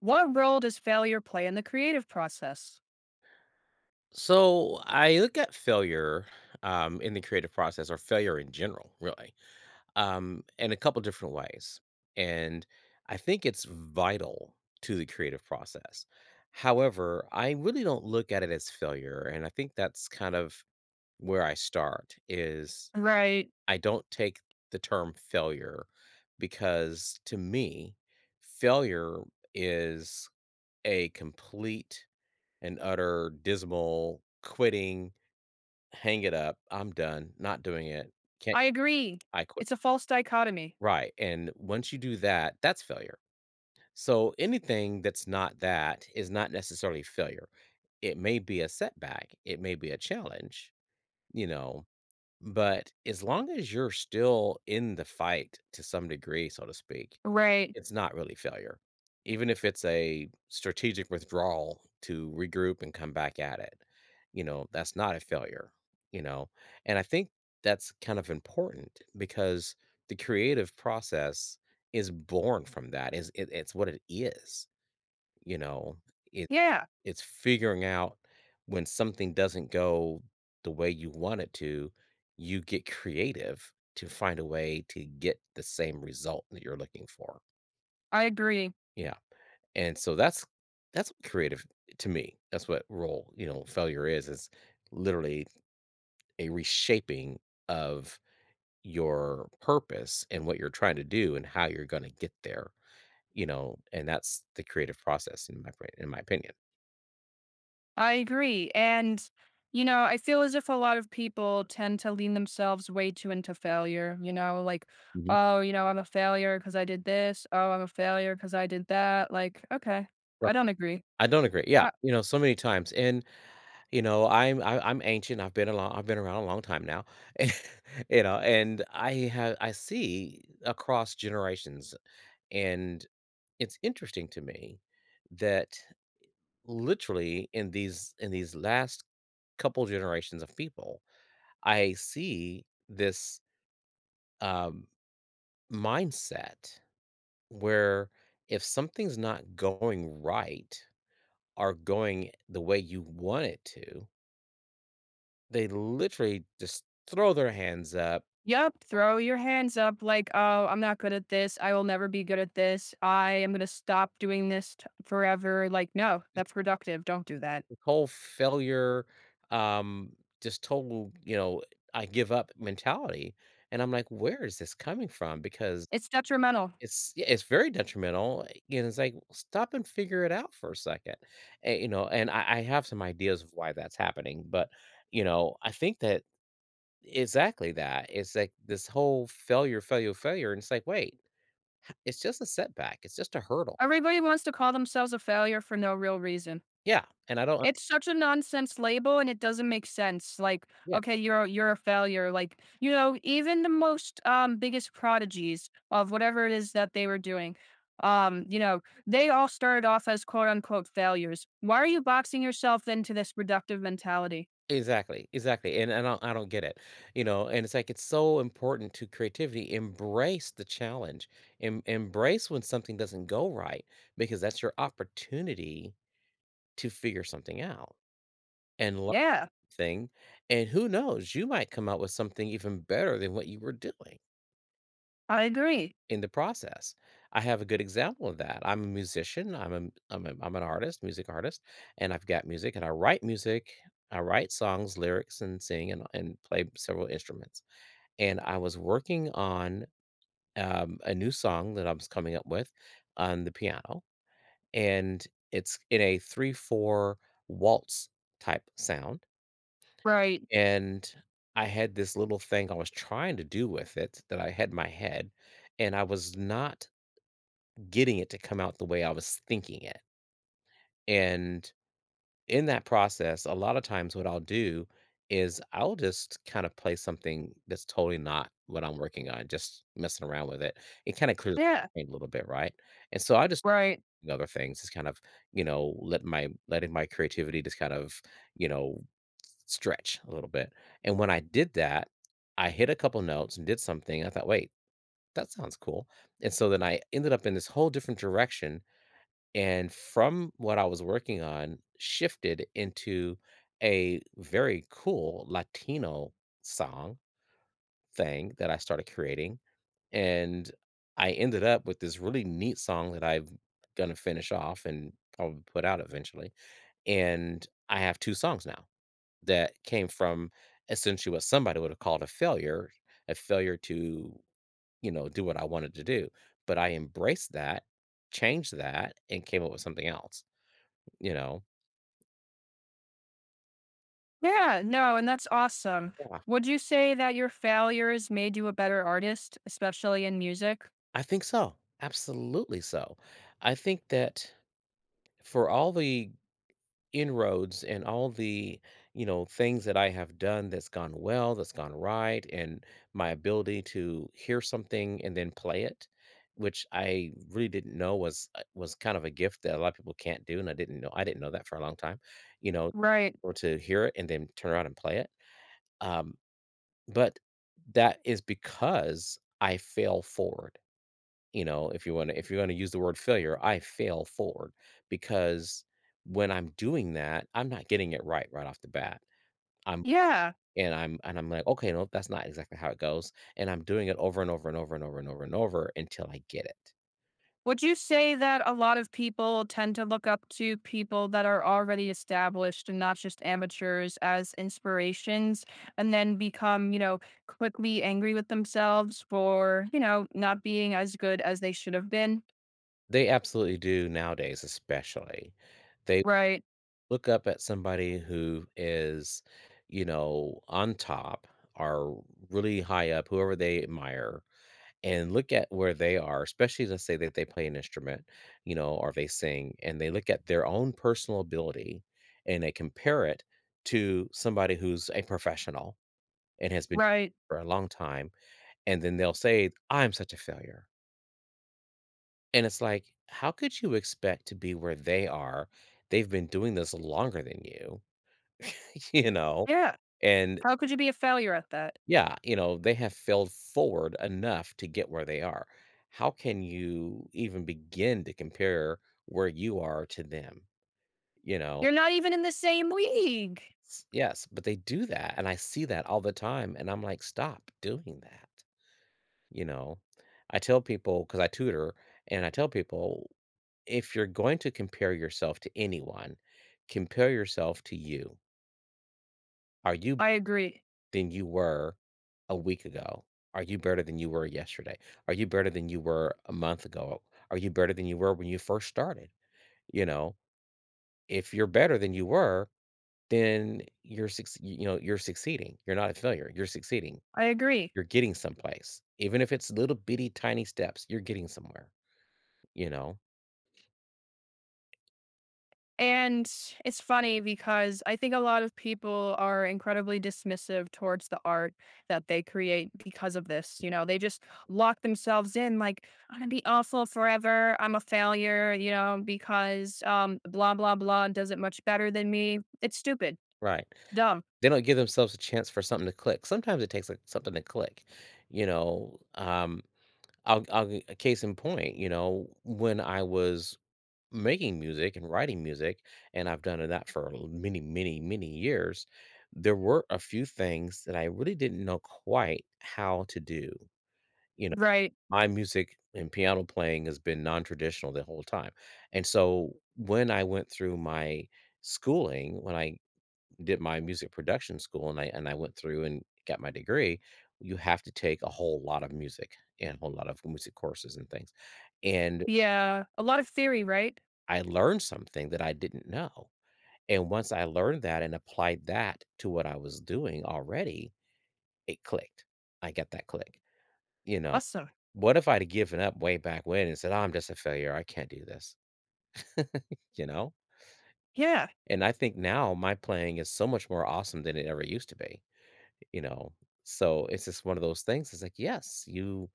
What role does failure play in the creative process? So I look at failure in the creative process, or failure in general, really, in a couple different ways, and I think it's vital to the creative process. However, I really don't look at it as failure, and I think that's kind of where I start. Is Right. I don't take the term failure because to me, failure is a complete and utter dismal quitting. Hang it up. I'm done. Not doing it. Can't I agree. I quit. It's a false dichotomy. Right. And once you do that, that's failure. So anything that's not that is not necessarily failure. It may be a setback, it may be a challenge, you know, but as long as you're still in the fight to some degree, so to speak, Right. it's not really failure. Even if it's a strategic withdrawal to regroup and come back at it, you know, that's not a failure, you know? And I think that's kind of important because the creative process is born from that. It's what it is, you know? It Yeah, it's figuring out when something doesn't go the way you want it to, you get creative to find a way to get the same result that you're looking for. I agree. Yeah. And so that's what creative to me. That's what role, you know, failure is literally a reshaping of your purpose and what you're trying to do and how you're going to get there, you know, and that's the creative process in my brain, in my opinion. I agree. And, you know, I feel as if a lot of people tend to lean themselves way too into failure, you know, like, Mhm. oh, you know, I'm a failure because I did this. Oh, I'm a failure because I did that. Like, okay, Right. I don't agree. I don't agree. Yeah, you know, so many times, and you know, I'm ancient. I've been along. I've been around a long time now, and, you know, and I see across generations and it's interesting to me that literally in these last couple generations of people, I see this um, mindset where if something's not going right or going the way you want it to, they literally just throw their hands up. Yep, throw your hands up like, "Oh, I'm not good at this. I will never be good at this. I am gonna stop doing forever." Like, no, It's that's reductive. Don't do that. the whole failure, um, just total, you know, I give up mentality. And I'm like, where is this coming from? Because It's detrimental. It's Yeah, it's very detrimental, eh, and it's like, "Stop and figure it out for a second." And, you know, and I have some ideas of why that's happening, but, you know, I think that exactly that. It's like this whole failure, failure, failure, and it's like, "Wait, it's just a setback. It's just a hurdle." Everybody wants to call themselves a failure for no real reason. Yeah, and I don't, It's such a nonsense label and it doesn't make sense. Like, yeah, okay, you're a failure. Like, you know, even the most, biggest prodigies of whatever it is that they were doing, you know, they all started off as quote unquote failures. Why are you boxing yourself into this reductive mentality? exactly, exactly, and I don't get it, you know, and it's like, it's so important to creativity, embrace the challenge, embrace when something doesn't go right because that's your opportunity to figure something out and learn Yeah, thing, and who knows, you might come out with something even better than what you were doing I agree. in the process. I have a good example of that. I'm a musician. I'm an artist, music artist, and I've got music and I write music. I write songs, lyrics, and sing and play several instruments. And I was working on a new song that I was coming up with on the piano, and it's in a 3/4 waltz type sound. Right. And I had this little thing I was trying to do with it that I had in my head, and I was not getting it to come out the way I was thinking it. And in that process, a lot of times what I'll do is I'll just kind of play something that's totally not what I'm working on, just messing around with it. It kind of clears Yeah. my brain a little bit, right? And so I just Right. and other things is kind of, you know, let my letting my creativity just kind of, you know, stretch a little bit. And when I did that, I hit a couple notes and did something. I thought, wait, that sounds cool. And so then I ended up in this whole different direction, and from what I was working on shifted into a very cool Latino song thing that I started creating. And I ended up with this really neat song that I'm gonna finish off and probably put out eventually. And I have 2 songs now that came from essentially what somebody would have called a failure to, you know, do what I wanted to do. But I embraced that, changed that, and came up with something else, you know? Yeah. No, and that's awesome. Yeah. Would you say that your failures made you a better artist, especially in music? I think so. Absolutely so. I think that for all the inroads and all the, you know, things that I have done, that's gone well, that's gone right, and my ability to hear something and then play it, which I really didn't know was, was kind of a gift that a lot of people can't do, and I didn't know that for a long time, you know, Right. or to hear it and then turn around and play it, um but that is because I fail forward. You know, if you want to, if you're going to use the word failure, I fail forward, because when I'm doing that, I'm not getting it right right off the bat. i'm Yeah. I'm, and I'm like, okay, no, that's not exactly how it goes, and I'm doing it over and over and over and over and over and over until I get it. Would you say that a lot of people tend to look up to people that are already established and not just amateurs as inspirations and then become, you know, quickly angry with themselves for, you know, not being as good as they should have been? They absolutely do nowadays, especially. They Right, look up at somebody who is, you know, on top or really high up, whoever they admire, and look at where they are, especially let's say that they play an instrument, you know, or they sing, and they look at their own personal ability and they compare it to somebody who's a professional and has been right. for a long time. And then they'll say, I'm such a failure. And it's like, how could you expect to be where they are? They've been doing this longer than you, you know? Yeah. And How could you be a failure at that? yeah, you know, they have failed forward enough to get where they are. How can you even begin to compare where you are to them? You know? You're not even in the same league. Yes, but they do that. And I see that all the time. And I'm like, stop doing that. You know, I tell people, because I tutor, and I tell people, if you're going to compare yourself to anyone, compare yourself to you. Are you better I agree. than you were a week ago? Are you better than you were yesterday? Are you better than you were a month ago? Are you better than you were when you first started? You know, if you're better than you were, then you're you know, you're succeeding. You're not a failure. You're succeeding. I agree. You're getting someplace, even if it's little bitty tiny steps. You're getting somewhere. You know, And it's funny because I think a lot of people are incredibly dismissive towards the art that they create because of this. You know, they just lock themselves in like, I'm gonna be awful forever. I'm a failure, you know, because blah blah blah does it much better than me. It's stupid. right? Dumb. They don't give themselves a chance for something to click. Sometimes it takes, like, something to click, you know? I'll gi case in point, you know, when I was making music and writing music, and I've done that for l many, many, many years, there were a few things that I really didn't know quite how to do. You know, Right. my music and piano playing has been non-traditional the whole time, and so when I went through my schooling, when I did my music production school, and I went through and got my degree, you have to take a whole lot of music and a whole lot of music courses and things. And Yeah. A lot of theory, right? I learned something that I didn't know. And once I learned that and applied that to what I was doing already, it clicked. I got that click. You know, Awesome. what if I'd have given up way back when and said, "Oh, I'm just a failure. I can't do this," you know? Yeah. And I think now my playing is so much more awesome than it ever used to be. You know, so it's just one of those things. It's like, yes, you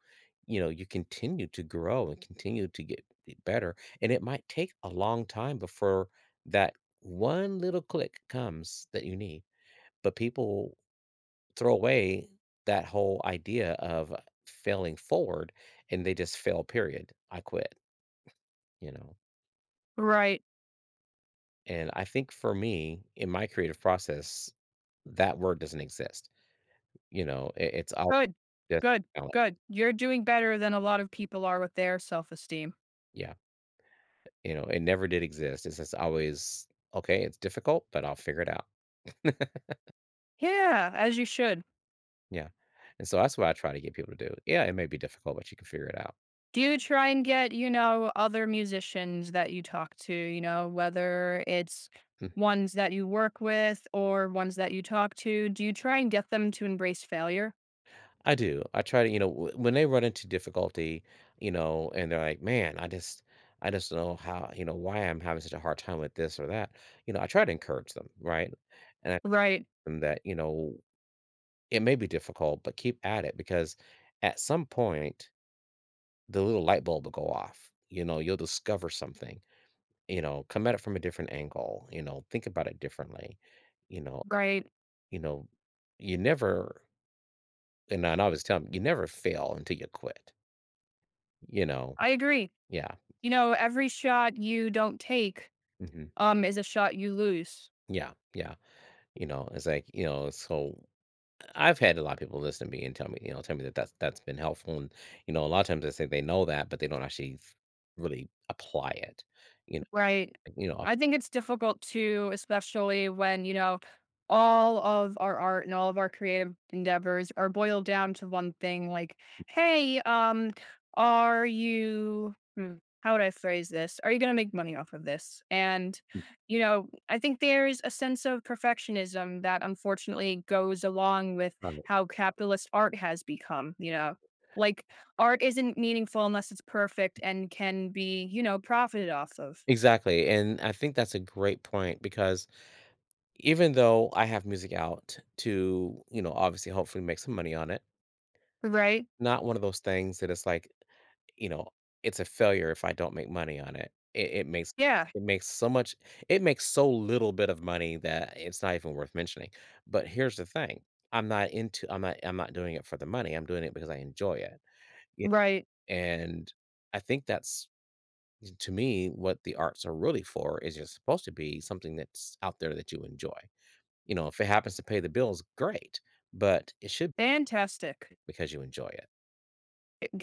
you know, you continue to grow and continue to get better, and it might take a long time before that one little click comes that you need, but people throw away that whole idea of failing forward, and they just fail, period. I quit. You know, Right. and I think for me, in my creative process, that word doesn't exist. You know, it's all Good. just Good. talent. Good. You're doing better than a lot of people are with their self-esteem. Yeah. You know, it never did exist. It's just always, "Okay, it's difficult, but I'll figure it out." Yeah, as you should. Yeah, and so that's what I try to get people to do. Yeah, it may be difficult, but you can figure it out. Do you try and get, you know, other musicians that you talk to, you know, whether it's Mm. ones that you work with or ones that you talk to? Do you try and get them to embrace failure? I do. I try to, you know, w when they run into difficulty, you know, and they're like, "Man, I just don't know how, you know, why I'm having such a hard time with this or that." You know, I try to encourage them, right? And I tell Right, them that, you know, it may be difficult, but keep at it because at some point, the little light bulb will go off. You know, you'll discover something. You know, come at it from a different angle, you know, think about it differently. You know, right. you know, you never and I and I always tell 'em, "You never fail until you quit." You know? I agree. Yeah. You know, every shot you don't take Mhm. Is a shot you lose. Yeah, yeah. You know, it's like, you know, so I've had a lot of people listen to me and tell me, you know, tell me that that's been helpful, and, you know, a lot of times they say they know that, but they don't actually f really apply it. You Right. kn you know? I think it's difficult too, especially when, you know, all of our art and all of our creative endeavors are boiled down to one thing like, hey, are you, how would I phrase this? Are you going to make money off of this? And, you know, I think there's a sense of perfectionism that unfortunately goes along with You how capitalist art has become, you know, like art isn't meaningful unless it's perfect and can be, you know, profited off of. Exactly, and I think that's a great point because even though I have music out to, you know, obviously hopefully make some money on it, Right? not one of those things that it's like, you know, it's a failure if I don't make money on it. It makes, Yeah, it makes so much it makes so little bit of money that it's not even worth mentioning. But here's the thing, I'm not into I'm not doing it for the money, I'm doing it because I enjoy it. Yeah, right. and I think that's, to me, what the arts are really for, is it's supposed to be something that's out there that you enjoy. You know, if it happens to pay the bills, great, but it should be Fantastic. because you enjoy it.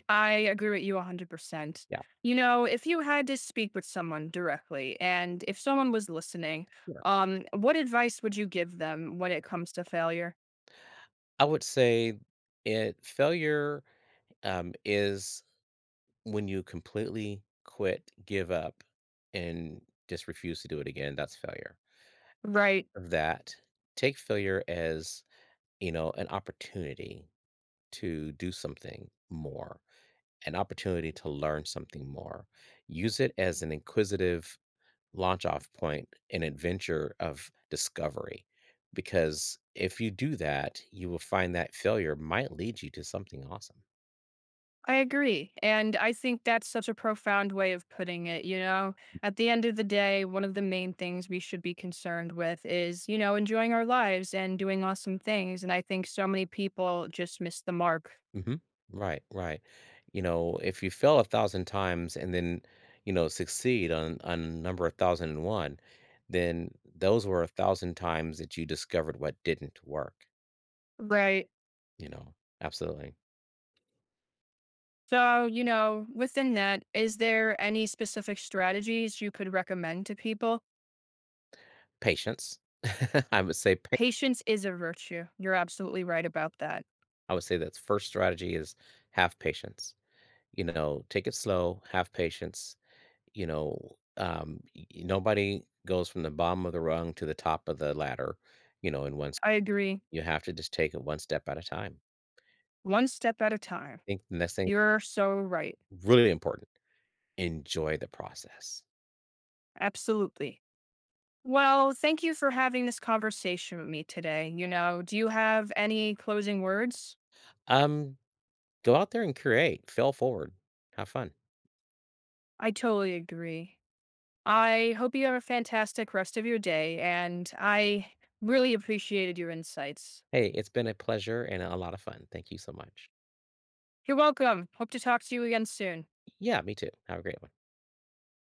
I agree with you 100%. Yeah, You know, if you had to speak with someone directly and if someone was listening, sure. What advice would you give them when it comes to failure? I would say it failure is when you completely quit, give up, and just refuse to do it again. That's failure. Right. That Take failure as, you know, an opportunity to do something more, an opportunity to learn something more. Use it as an inquisitive launch off point, an adventure of discovery. Because if you do that, you will find that failure might lead you to something awesome. I agree. And I think that's such a profound way of putting it. You know, at the end of the day, one of the main things we should be concerned with is, you know, enjoying our lives and doing awesome things. And I think so many people just miss the mark. Hmm. Right, right. You know, if you fail 1,000 times and then, you know, succeed on number 1,001, then those were 1,000 times that you discovered what didn't work. Right. You know, absolutely. So, you know, within that, is there any specific strategies you could recommend to people? Patience. I would say pa- Patience is a virtue. You're absolutely right about that. I would say that's first strategy is have patience. You know, take it slow, have patience. You know, nobody goes from the bottom of the rung to the top of the ladder. You know, in one. I agree. You have to just take it one step at a time. One step at a time. Think the next thing You're so right. really important, enjoy the process. Absolutely. Well, thank you for having this conversation with me today. You know, do you have any closing words? Um, go out there and create, fail forward, have fun. I totally agree. I hope you have a fantastic rest of your day, and I really appreciated your insights. Hey, it's been a pleasure and a lot of fun. Thank you so much. You're welcome. Hope to talk to you again soon. Yeah, me too. Have a great one.